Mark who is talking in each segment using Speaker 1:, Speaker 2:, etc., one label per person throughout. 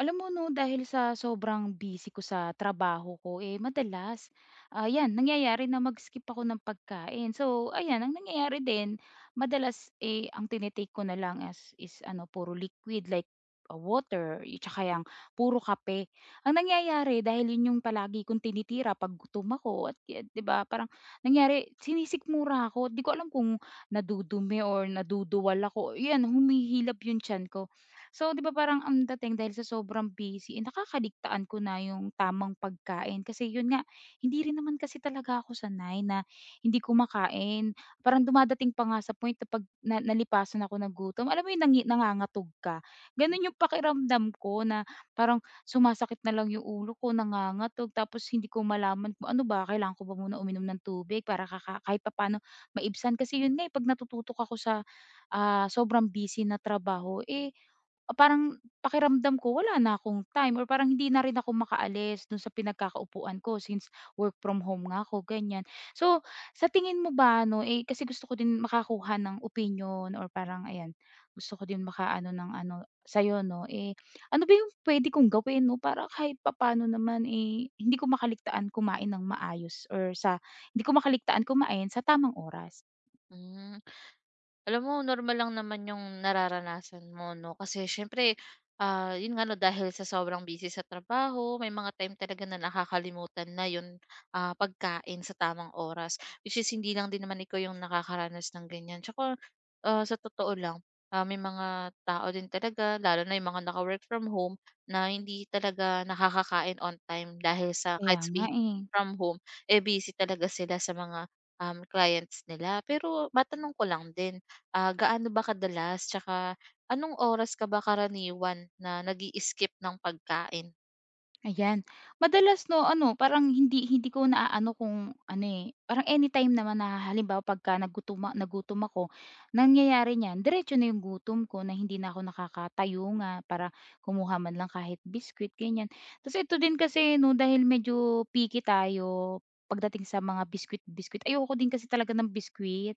Speaker 1: Alam mo 'no, dahil sa sobrang busy ko sa trabaho ko, eh, madalas, nangyayari na mag-skip ako ng pagkain. So ayan, ang nangyayari din madalas, eh, ang tini ko na lang as is ano, puro liquid like, tsaka 'yang puro kape. Ang nangyayari dahil 'yun 'yung palagi kong tinitira 'pag gutom ako at kaya 'di ba parang nangyari sinisikmura ako. 'Di ko alam kung nadudumi or naduduwal ako, 'yan humihilab 'yung tiyan ko. So, 'di ba parang ang dating dahil sa sobrang busy, eh, nakakaligtaan ko na yung tamang pagkain kasi yun nga, hindi rin naman kasi talaga ako sanay na hindi kumakain. Parang dumadating pa nga sa point na 'pag na nalipasan ako ng gutom, alam mo yung nangangatog ka? Ganun yung pakiramdam ko na parang sumasakit na lang yung ulo ko, nangangatog tapos hindi ko malaman kung ano ba, kailangan ko ba muna uminom ng tubig para kahit paano maibsan. Kasi yun nga, eh, 'pag natututok ako sa, sobrang busy na trabaho, eh, parang pakiramdam ko wala na akong time or parang hindi na rin ako makaalis dun sa pinagkakaupuan ko since work from home nga ako, ganyan. So, sa tingin mo ba 'no, eh, kasi gusto ko din makakuha ng opinyon or parang ayan, gusto ko din makaano ng ano sa'yo 'no, eh, ano ba yung puwede kong gawin 'no, para kahit papaano naman, eh, hindi ko makaligtaan kumain ng maayos or sa hindi ko makaligtaan kumain sa tamang oras.
Speaker 2: Hmm, alam mo normal lang naman yung nararanasan mo 'no, kasi siyempre, yun nga 'no dahil sa sobrang busy sa trabaho may mga time talaga na nakakalimutan na yung, pagkain sa tamang oras. Which is hindi lang din naman ikaw yung nakakaranas ng ganyan tsaka, sa totoo lang, may mga tao din talaga lalo na yung mga naka-work from home na hindi talaga nakakakain on time dahil sa
Speaker 1: Kaya
Speaker 2: kahit
Speaker 1: nga,
Speaker 2: sabihin
Speaker 1: eh.
Speaker 2: from home, busy talaga sila sa mga, clients nila. Pero matanong ko lang din, gaano ba kadalas tsaka anong oras ka ba karaniwan na nag-i-skip ng pagkain?
Speaker 1: Ayan. Madalas 'no ano, parang hindi hindi ko naaano kung ano, eh, parang anytime naman na halimbawa pagka nagutom ako, nangyayari niyan diretso na yung gutom ko na hindi na ako nakakatayo nga para kumuha man lang kahit biscuit, ganyan. Tapos ito din kasi 'no, dahil medyo picky tayo pagdating sa mga biscuit-biscuit, ayoko din kasi talaga ng biscuit.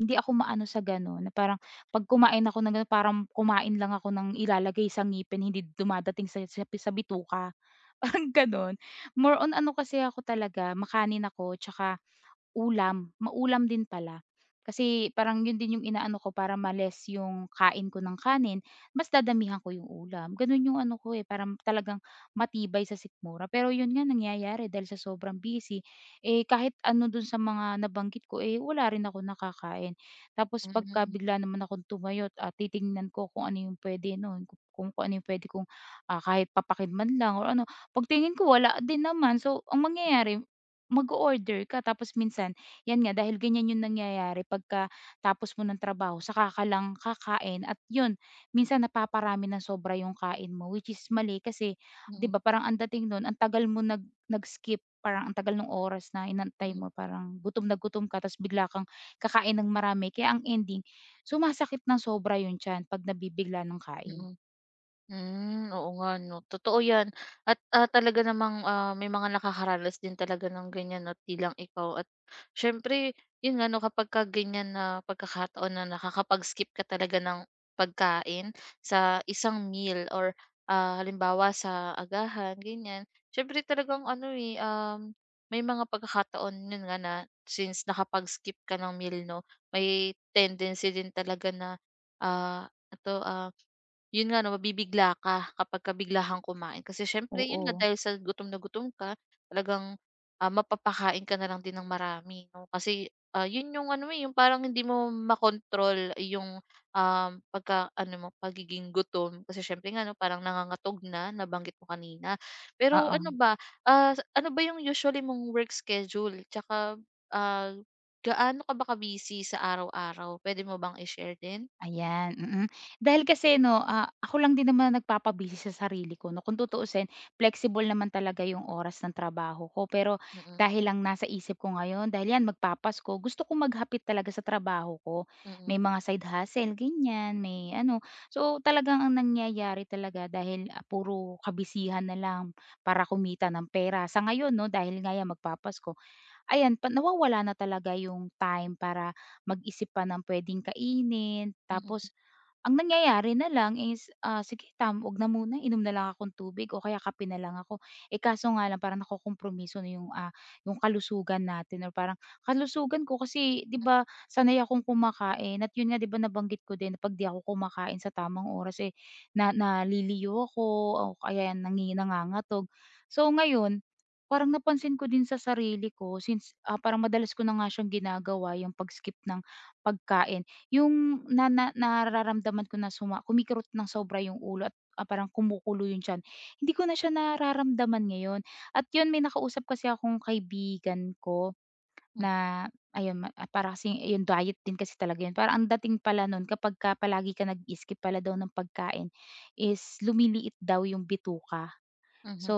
Speaker 1: Hindi ako maano sa gano'n na parang 'pag kumain ako ng gano'n parang kumain lang ako ng ilalagay sa ngipin, hindi dumadating sa sa bituka.
Speaker 2: Hmm.
Speaker 1: Parang gano'n. More on ano kasi ako talaga makanin ako 'tsaka ulam, maulam din pala. Kasi parang yun din yung inaano ko para ma-less yung kain ko ng kanin, mas dadamihan ko yung ulam. Ganun yung ano ko, eh, parang talagang matibay sa sikmura. Pero yun nga nangyayari dahil sa sobrang busy, eh, kahit ano dun sa mga nabanggit ko, eh, wala rin ako nakakain. Tapos pagka
Speaker 2: Hmm.
Speaker 1: bigla naman akong tumayo at titingnan ko kung ano yung puwede nun, kung ano yung puwede kong, kahit papakin man lang or ano, pagtingin ko wala din naman. So, ang mangyayari mag order ka tapos minsan 'yan nga dahil ganyan 'yung nangyayari pagka tapos mo ng trabaho saka ka lang kakain at 'yun minsan napaparami ng sobra 'yung kain mo which is mali kasi 'di
Speaker 2: Mm.
Speaker 1: ba parang ang dating nun ang tagal mo nag-skip, parang ang tagal ng oras na inantay
Speaker 2: Mm.
Speaker 1: mo parang gutom na gutom ka tapos bigla kang kakain ng marami kaya ang ending sumasakit ng sobra yun tiyan 'pag nabibigla ng kain.
Speaker 2: Mm. Hmm, oo nga 'no, totoo 'yan at, talaga namang, may mga nakakaranas din talaga ng ganyan 'no, 'at 'di ikaw at siyempre 'yun nga 'no, kapagka ganyan na pagkakataon na nakakapag-skip ka talaga ng pagkain sa isang meal or, halimbawa sa agahan ganyan, siyempre talagang ano, eh, may mga pagkakataon 'yun nga na since nakapag-skip ka ng meal 'no, may tendency din talaga na, ito, yun nga 'no, mabibigla ka kapagka bigla kang kumain kasi siyempre yun nga
Speaker 1: Oo,
Speaker 2: dahil sa gutom na gutom ka talagang, mapapakain ka na lang din ng marami 'no. Kasi, yun yung ano, eh, yung parang hindi mo makontrol yung, pagka-ano mo, pagiging gutom kasi siyempre nga 'no, parang nangangatog na, nabanggit mo kanina. Pero
Speaker 1: oo.
Speaker 2: ano ba, ano ba yung usually mong work schedule tsaka, ah, gaano ka ba ka-busy sa araw-araw? Puwede mo bang i-share din?
Speaker 1: Ayan, mm. Dahil kasi 'no, ako lang din naman nagpapabisi sa sarili ko 'no. Kung tutuusin, flexible naman talaga yung oras ng trabaho ko. Pero
Speaker 2: Mm.
Speaker 1: dahil lang nasa isip ko ngayon, dahil 'yan magpapasko, gusto kong maghapit talaga sa trabaho ko.
Speaker 2: Mm.
Speaker 1: May mga side hustle, ganyan, may ano. So, talagang ang nangyayari talaga dahil, puro kabisihan na lang para kumita ng pera sa ngayon 'no, dahil nga 'yan magpapasko ayan pa nawawala na talaga yung time para mag-isip pa ng puwedeng kainin.
Speaker 2: Mm.
Speaker 1: Tapos ang nangyayari na lang is, sige 'wag na muna inom na lang akong tubig o kaya kape na lang ako. Eh, kaso nga lang parang nakokompromiso na yung, yung kalusugan natin or parang kalusugan ko kasi 'di ba sanay akong kumakain at yun nga 'di ba nabanggit ko din na 'pag 'di ako kumakain sa tamang oras, eh, na naliliyo ako o kaya nangangatog. So ngayon parang napansin ko din sa sarili ko since, parang madalas ko na nga siyang ginagawa yung pag-skip ng pagkain. Yung na na nararamdaman ko na kumikirot ng sobra yung ulo at, parang kumukulo yung tiyan, hindi ko na siya nararamdaman ngayon. At yun may nakausap kasi akong kaibigan ko na para kasing yung diet din kasi talaga yun. Parang ang dating pala nun kapagka palagi ka nag-skip pala daw ng pagkain is lumiliit daw yung bituka.
Speaker 2: Mhm.
Speaker 1: So,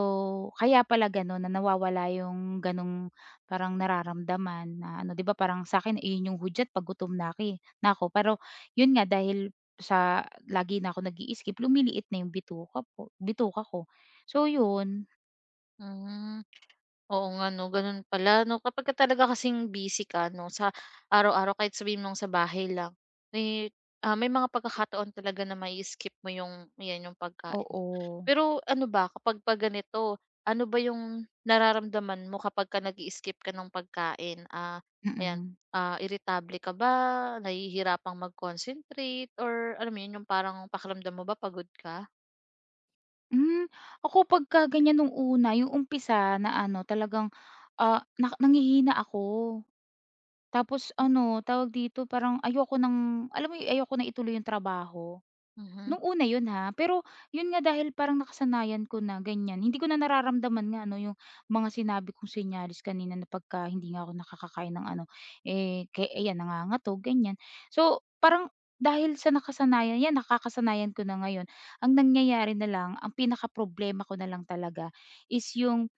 Speaker 1: kaya pala gano'n na nawawala yung gano'ng parang nararamdaman na ano, 'di ba parang sa'kin iyon yung hudyat 'pag gutom na ako. Pero yun nga dahil sa lagi na ako nag-i-skip, lumiliit na yung bituka ko. So yun,
Speaker 2: Hmm. Oo nga 'no, gano'n pala 'no, kapagka talaga kasing busy ka 'no, sa araw-araw kahit sabihin mong sa bahay lang, eh, may mga pagkakataon talaga na mai-skip mo yung 'yan, yung pagkain.
Speaker 1: oo.
Speaker 2: Pero ano ba, kapag ka ganito, ano ba yung nararamdaman mo kapagka nag-i-skip ka ng pagkain? Ayan,
Speaker 1: Mm.
Speaker 2: irritable ka ba, nahihirapang mag-concentrate or alam mo 'yun, yung parang pakiramdam mo ba pagod ka?
Speaker 1: Hmm, ako pagka ganyan nung una, yung umpisa na ano talagang, na nanghihina ako. Tapos ano, tawag dito, parang ayoko ng alam mo yung ayoko na ituloy yung trabaho.
Speaker 2: Mhm.
Speaker 1: Nung una yun, ha, pero yun nga dahil parang nakasanayan ko na ganyan, hindi ko na nararamdaman nga ano yung mga sinabi kong senyales kanina na pagka hindi nga ako nakakakain ng ano, eh, ke ayan nangangatog ganyan. So, parang dahil sa nakasanayan 'yan nakakasanayan ko na ngayon, ang nangyayari na lang, ang pinaka problema ko na lang talaga is yung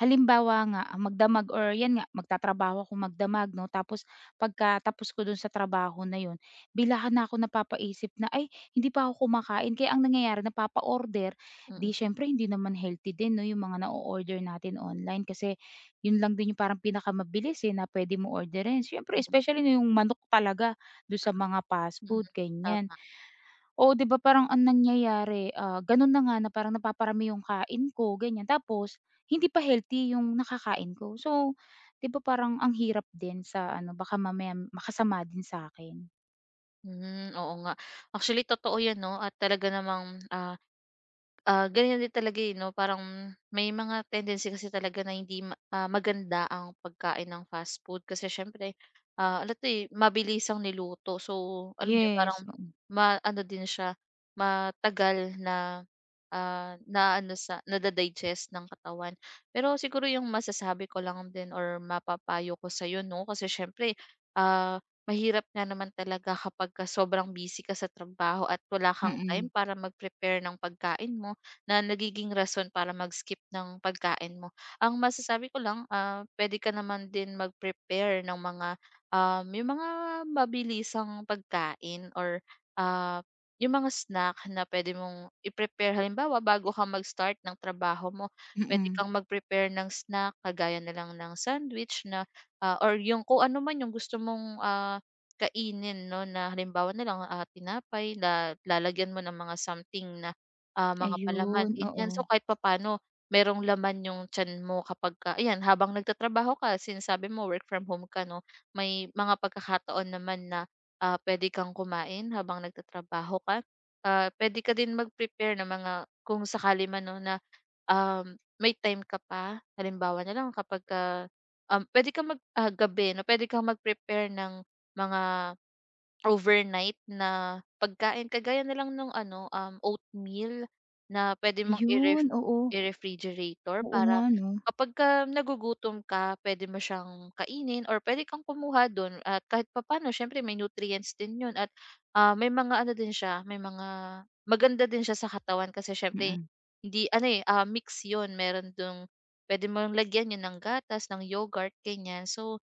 Speaker 1: halimbawa nga, magdamag or 'yan nga, magtatrabaho akong magdamag 'no, tapos pagkatapos ko dun sa trabaho na 'yon, bigla na ako napapaisip na, "Ay, hindi pa ako kumakain." Kaya ang nangyayari napapa-order,
Speaker 2: Mm.
Speaker 1: 'di siyempre hindi naman healthy din 'no, 'yung mga na order natin online kasi 'yun lang din 'yung parang pinakamabilis, eh, na puwede mong orderin. Siyempre especially na 'yung manok talaga do sa mga fast
Speaker 2: Mm.
Speaker 1: food, ganiyan.
Speaker 2: Tama.
Speaker 1: Oo, 'di ba parang ang nangyayari, gano'n na nga na parang napaparami yung kain ko ganyan, tapos hindi pa healthy yung nakakain ko. So, 'di ba parang ang hirap din sa ano baka mamaya makasama din sa'kin.
Speaker 2: Hmm, oo nga. Actually totoo 'yan 'no at talaga namang, ganyan din talaga, eh, 'no, parang may mga tendency kasi talaga na maganda ang pagkain ng fast food kasi siyempre, ano 'to, eh, mabilisang niluto. So, alam mo 'yun,
Speaker 1: Yes,
Speaker 2: parang
Speaker 1: oo.
Speaker 2: ano din siya, matagal na, na ano sa nada-digest ng katawan. Pero siguro yung masasabi ko lang din or mapapayo ko sa'yo, 'no, kasi siyempre, mahirap nga naman talaga kapagka sobrang busy ka sa trabaho at wala kang time
Speaker 1: Mm,
Speaker 2: para mag-prepare ng pagkain mo na nagiging rason para mag-skip ng pagkain mo. Ang masasabi ko lang, puwede ka naman din mag-prepare ng mga, yung mga mabilisang pagkain or, ah, yung mga snack na puwede mong i-prepare. Halimbawa, bago ka mag-start ng trabaho mo, puwede
Speaker 1: mm.
Speaker 2: kang mag-prepare ng snack kagaya na lang ng sandwich na, or yung kung ano man yung gusto mong, kainin 'no, na halimbawa na lang, tinapay lalagyan mo ng mga something na mga palaman
Speaker 1: Ayun, oo.
Speaker 2: ganyan. So, kahit papaano merong laman yung tiyan mo kapag kapagka ayan habang nagtatrabaho ka since mo work from home ka 'no, may mga pagkakataon naman na, puwede kang kumain habang nagtatrabaho ka. Puwede ka din mag-prepare ng mga kung sakali man 'no na may time ka pa, halimbawa na lang kapagka, puwede kang gabi 'no, puwede kang mag-prepare ng mga overnight na pagkain kagaya na lang ng ano, oatmeal na puwede mong
Speaker 1: Ayun, oo.
Speaker 2: i-refrigerator
Speaker 1: Oo nga
Speaker 2: para
Speaker 1: 'no.
Speaker 2: kapagka nagugutom ka puwede mo siyang kainin or puwede kang kumuha dun at kahit papaano siyempre may nutrients din yun at, may mga ano din siya, may mga maganda din siya sa katawan kasi siyempre
Speaker 1: Mm,
Speaker 2: hindi ano, eh, mix 'yun meron dong puwede mong lagyan 'yun ng gatas, ng yogurt, ganiyan. So,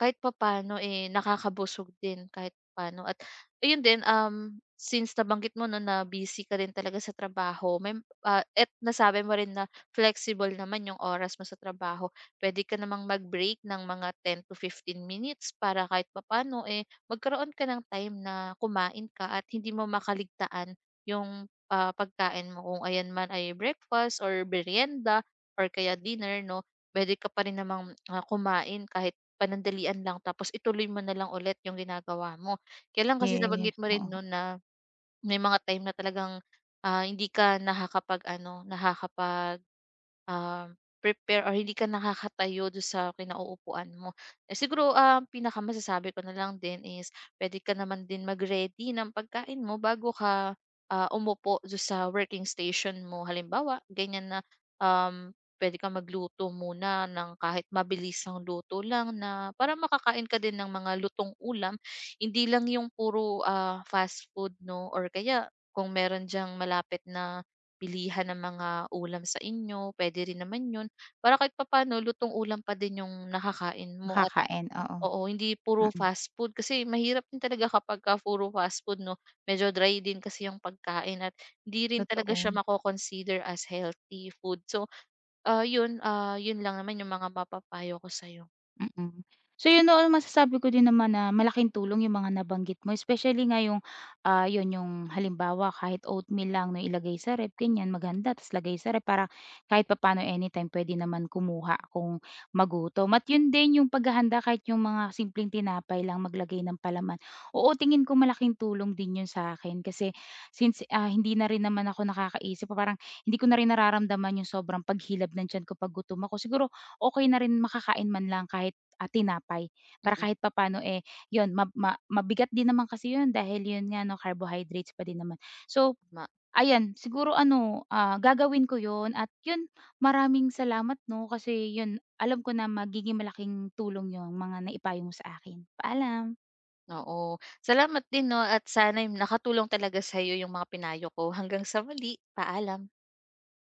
Speaker 2: kahit papaano, eh, nakakabusog din kahit papaano at ayun din, since nabanggit mo 'no na busy ka rin talaga sa trabaho at nasabi mo rin na flexible naman yung oras mo sa trabaho. Puwede ka namang mag-break ng mga 10 to 15 minutes para kahit papaano, eh, magkaroon ka ng time na kumain ka at hindi mo makaligtaan yung, pagkain mo kung ayan man ay breakfast or meryenda or kaya dinner 'no. Puwede ka pa rin namang, kumain kahit panandalian lang tapos ituloy mo na lang ulit yung ginagawa mo. Kaya lang kasi nabanggit
Speaker 1: yes,
Speaker 2: mo rin
Speaker 1: oo.
Speaker 2: 'no na may mga time na talagang, hindi ka nakakapag-ano, Um, prepare or hindi ka nakakatayo do sa kinauupuan mo. Eh, siguro ang pinakamasasabi ko na lang din is pwede ka naman din mag-ready ng pagkain mo bago ka, umupo do sa working station mo. Halimbawa, ganyan na, puwede kang magluto muna ng kahit mabilisang luto lang na para makakain ka din ng mga lutong ulam. Hindi lang yung puro, fast food 'no or kaya kung meron diyang malapit na pilihan ng mga ulam sa inyo, puwede rin naman 'yun. Para kahit papaano lutong ulam pa din 'yung nakakain mo at
Speaker 1: Nakakain, oo.
Speaker 2: oo, hindi puro
Speaker 1: Mm,
Speaker 2: fast food kasi mahirap din talaga kapagka puro fast food 'no, medyo dry din kasi 'yung pagkain at hindi rin talaga
Speaker 1: totoo.
Speaker 2: siya mako-consider as healthy food. So, 'yun, 'yun lang naman 'yung mga mapapayo ko sa'yo.
Speaker 1: Mm. So 'yun noon masasabi ko din naman na malaking tulong 'yung mga nabanggit mo especially nga 'yung, 'yun 'yung halimbawa kahit oatmeal lang no ilagay sa ref ganiyan, maghanda tas lagay sa ref para kahit papaano anytime pwede naman kumuha kung magutom. At 'yun din 'yung paghahanda kahit 'yung mga simpleng tinapay lang maglagay ng palaman. Oo, tingin ko malaking tulong din 'yun sa akin kasi since, hindi na rin naman ako nakakaisip parang hindi ko na rin nararamdaman 'yung sobrang paghilab ng tiyan ko 'pag gutom ako. Siguro okey na rin makakain man lang kahit, tinapay para
Speaker 2: Mm.
Speaker 1: kahit papaano, eh, 'yun ma ma mabigat din naman kasi 'yun dahil 'yun nga 'no carbohydrates pa din naman. So,
Speaker 2: Tama.
Speaker 1: ayan siguro ano, gagawin ko 'yun at 'yun maraming salamat 'no kasi 'yun alam ko na magiging malaking tulong 'yung mga naipayo mo sa akin. Paalam.
Speaker 2: Oo. Salamat din 'no at sana'y nakatulong talaga sa'yo 'yung mga pinayo ko. Hanggang sa muli, paalam.